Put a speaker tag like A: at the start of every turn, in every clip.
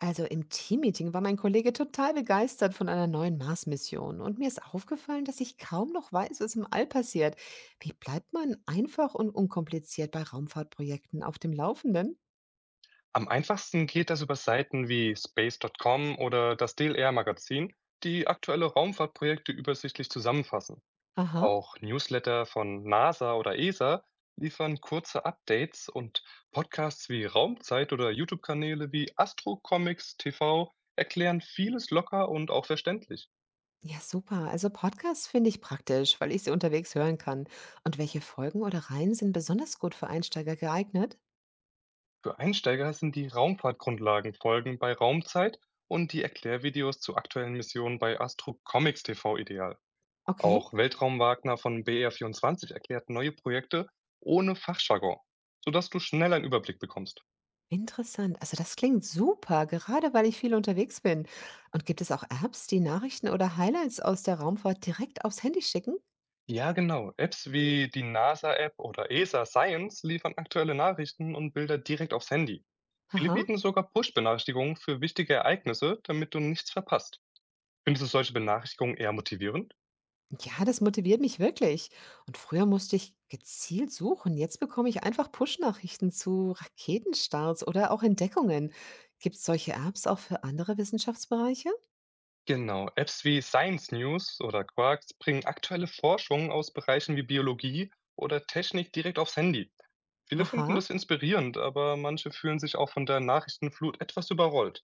A: Also im Teammeeting war mein Kollege total begeistert von einer neuen Mars-Mission und mir ist aufgefallen, dass ich kaum noch weiß, was im All passiert. Wie bleibt man einfach und unkompliziert bei Raumfahrtprojekten auf dem Laufenden?
B: Am einfachsten geht das über Seiten wie space.com oder das DLR Magazin, die aktuelle Raumfahrtprojekte übersichtlich zusammenfassen.
A: Aha.
B: Auch Newsletter von NASA oder ESA liefern kurze Updates und Podcasts wie Raumzeit oder YouTube-Kanäle wie Astro Comics TV erklären vieles locker und auch verständlich.
A: Ja, super. Also Podcasts finde ich praktisch, weil ich sie unterwegs hören kann. Und welche Folgen oder Reihen sind besonders gut für Einsteiger geeignet?
B: Für Einsteiger sind die Raumfahrtgrundlagenfolgen bei Raumzeit und die Erklärvideos zu aktuellen Missionen bei Astro Comics TV ideal. Auch
A: Okay.
B: Weltraumwagner von BR24 erklärt neue Projekte ohne Fachjargon, sodass du schnell einen Überblick bekommst.
A: Interessant. Also das klingt super, gerade weil ich viel unterwegs bin. Und gibt es auch Apps, die Nachrichten oder Highlights aus der Raumfahrt direkt aufs Handy schicken?
B: Ja, genau. Apps wie die NASA-App oder ESA Science liefern aktuelle Nachrichten und Bilder direkt aufs Handy. Viele
A: Aha.
B: bieten sogar Push-Benachrichtigungen für wichtige Ereignisse, damit du nichts verpasst. Findest du solche Benachrichtigungen eher motivierend?
A: Ja, das motiviert mich wirklich. Und früher musste ich gezielt suchen. Jetzt bekomme ich einfach Push-Nachrichten zu Raketenstarts oder auch Entdeckungen. Gibt es solche Apps auch für andere Wissenschaftsbereiche?
B: Genau. Apps wie Science News oder Quarks bringen aktuelle Forschung aus Bereichen wie Biologie oder Technik direkt aufs Handy. Viele finden
A: Aha.
B: das inspirierend, aber manche fühlen sich auch von der Nachrichtenflut etwas überrollt.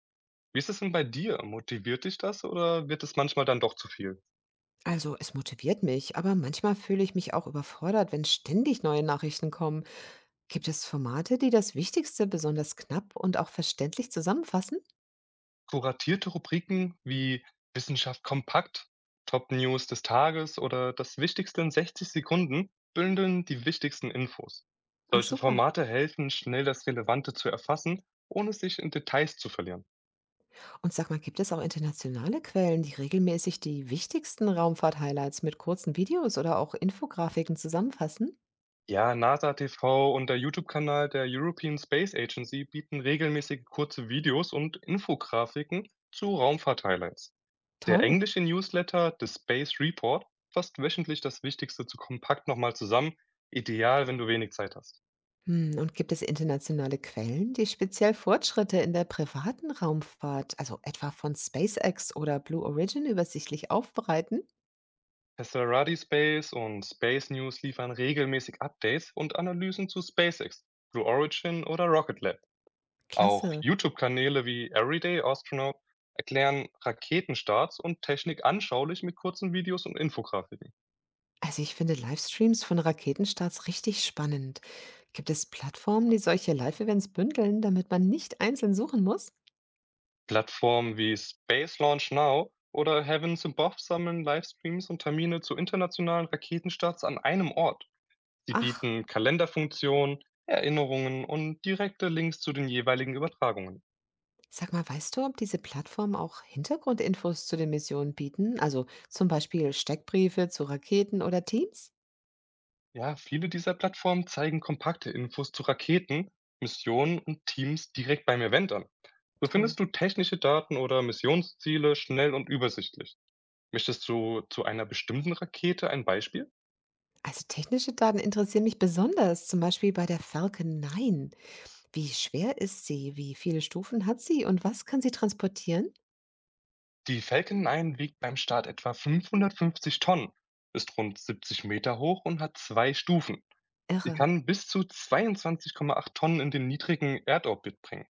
B: Wie ist es denn bei dir? Motiviert dich das oder wird es manchmal dann doch zu viel?
A: Also es motiviert mich, aber manchmal fühle ich mich auch überfordert, wenn ständig neue Nachrichten kommen. Gibt es Formate, die das Wichtigste besonders knapp und auch verständlich zusammenfassen?
B: Kuratierte Rubriken wie Wissenschaft kompakt, Top News des Tages oder das Wichtigste in 60 Sekunden bündeln die wichtigsten Infos.
A: Ach,
B: Solche
A: super.
B: Formate helfen, schnell das Relevante zu erfassen, ohne sich in Details zu verlieren.
A: Und sag mal, gibt es auch internationale Quellen, die regelmäßig die wichtigsten Raumfahrt-Highlights mit kurzen Videos oder auch Infografiken zusammenfassen?
B: Ja, NASA TV und der YouTube-Kanal der European Space Agency bieten regelmäßig kurze Videos und Infografiken zu Raumfahrt-Highlights. Der
A: Toll.
B: englische Newsletter The Space Report fasst wöchentlich das Wichtigste zu kompakt nochmal zusammen, ideal, wenn du wenig Zeit hast.
A: Hm, und gibt es internationale Quellen, die speziell Fortschritte in der privaten Raumfahrt, also etwa von SpaceX oder Blue Origin, übersichtlich aufbereiten?
B: Tesserati Space und Space News liefern regelmäßig Updates und Analysen zu SpaceX, Blue Origin oder Rocket Lab. Auch
A: Klasse.
B: YouTube-Kanäle wie Everyday Astronaut erklären Raketenstarts und Technik anschaulich mit kurzen Videos und Infografiken.
A: Also ich finde Livestreams von Raketenstarts richtig spannend. Gibt es Plattformen, die solche Live-Events bündeln, damit man nicht einzeln suchen muss?
B: Plattformen wie Space Launch Now oder Heavens Above sammeln Livestreams und Termine zu internationalen Raketenstarts an einem Ort. Sie
A: Ach,
B: bieten Kalenderfunktionen, Erinnerungen und direkte Links zu den jeweiligen Übertragungen.
A: sag mal, weißt du, ob diese Plattformen auch Hintergrundinfos zu den Missionen bieten? Also zum Beispiel Steckbriefe zu Raketen oder Teams?
B: Ja, viele dieser Plattformen zeigen kompakte Infos zu Raketen, Missionen und Teams direkt beim Event an. So
A: Toll.
B: findest du technische Daten oder Missionsziele schnell und übersichtlich. Möchtest du zu einer bestimmten Rakete ein Beispiel?
A: Also technische Daten interessieren mich besonders, zum Beispiel bei der Falcon 9. Wie schwer ist sie? Wie viele Stufen hat sie? Und was kann sie transportieren?
B: Die Falcon 9 wiegt beim Start etwa 550 Tonnen, ist rund 70 Meter hoch und hat zwei Stufen. Sie
A: Irre.
B: kann bis zu 22,8 Tonnen in den niedrigen Erdorbit bringen.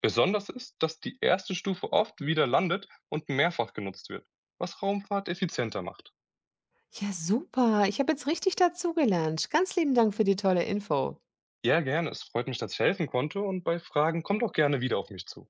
B: Besonders ist, dass die erste Stufe oft wieder landet und mehrfach genutzt wird, was Raumfahrt effizienter macht.
A: Ja, super. Ich habe jetzt richtig dazugelernt. Ganz lieben Dank für die tolle Info.
B: Ja, gerne. Es freut mich, dass ich helfen konnte und bei Fragen kommt auch gerne wieder auf mich zu.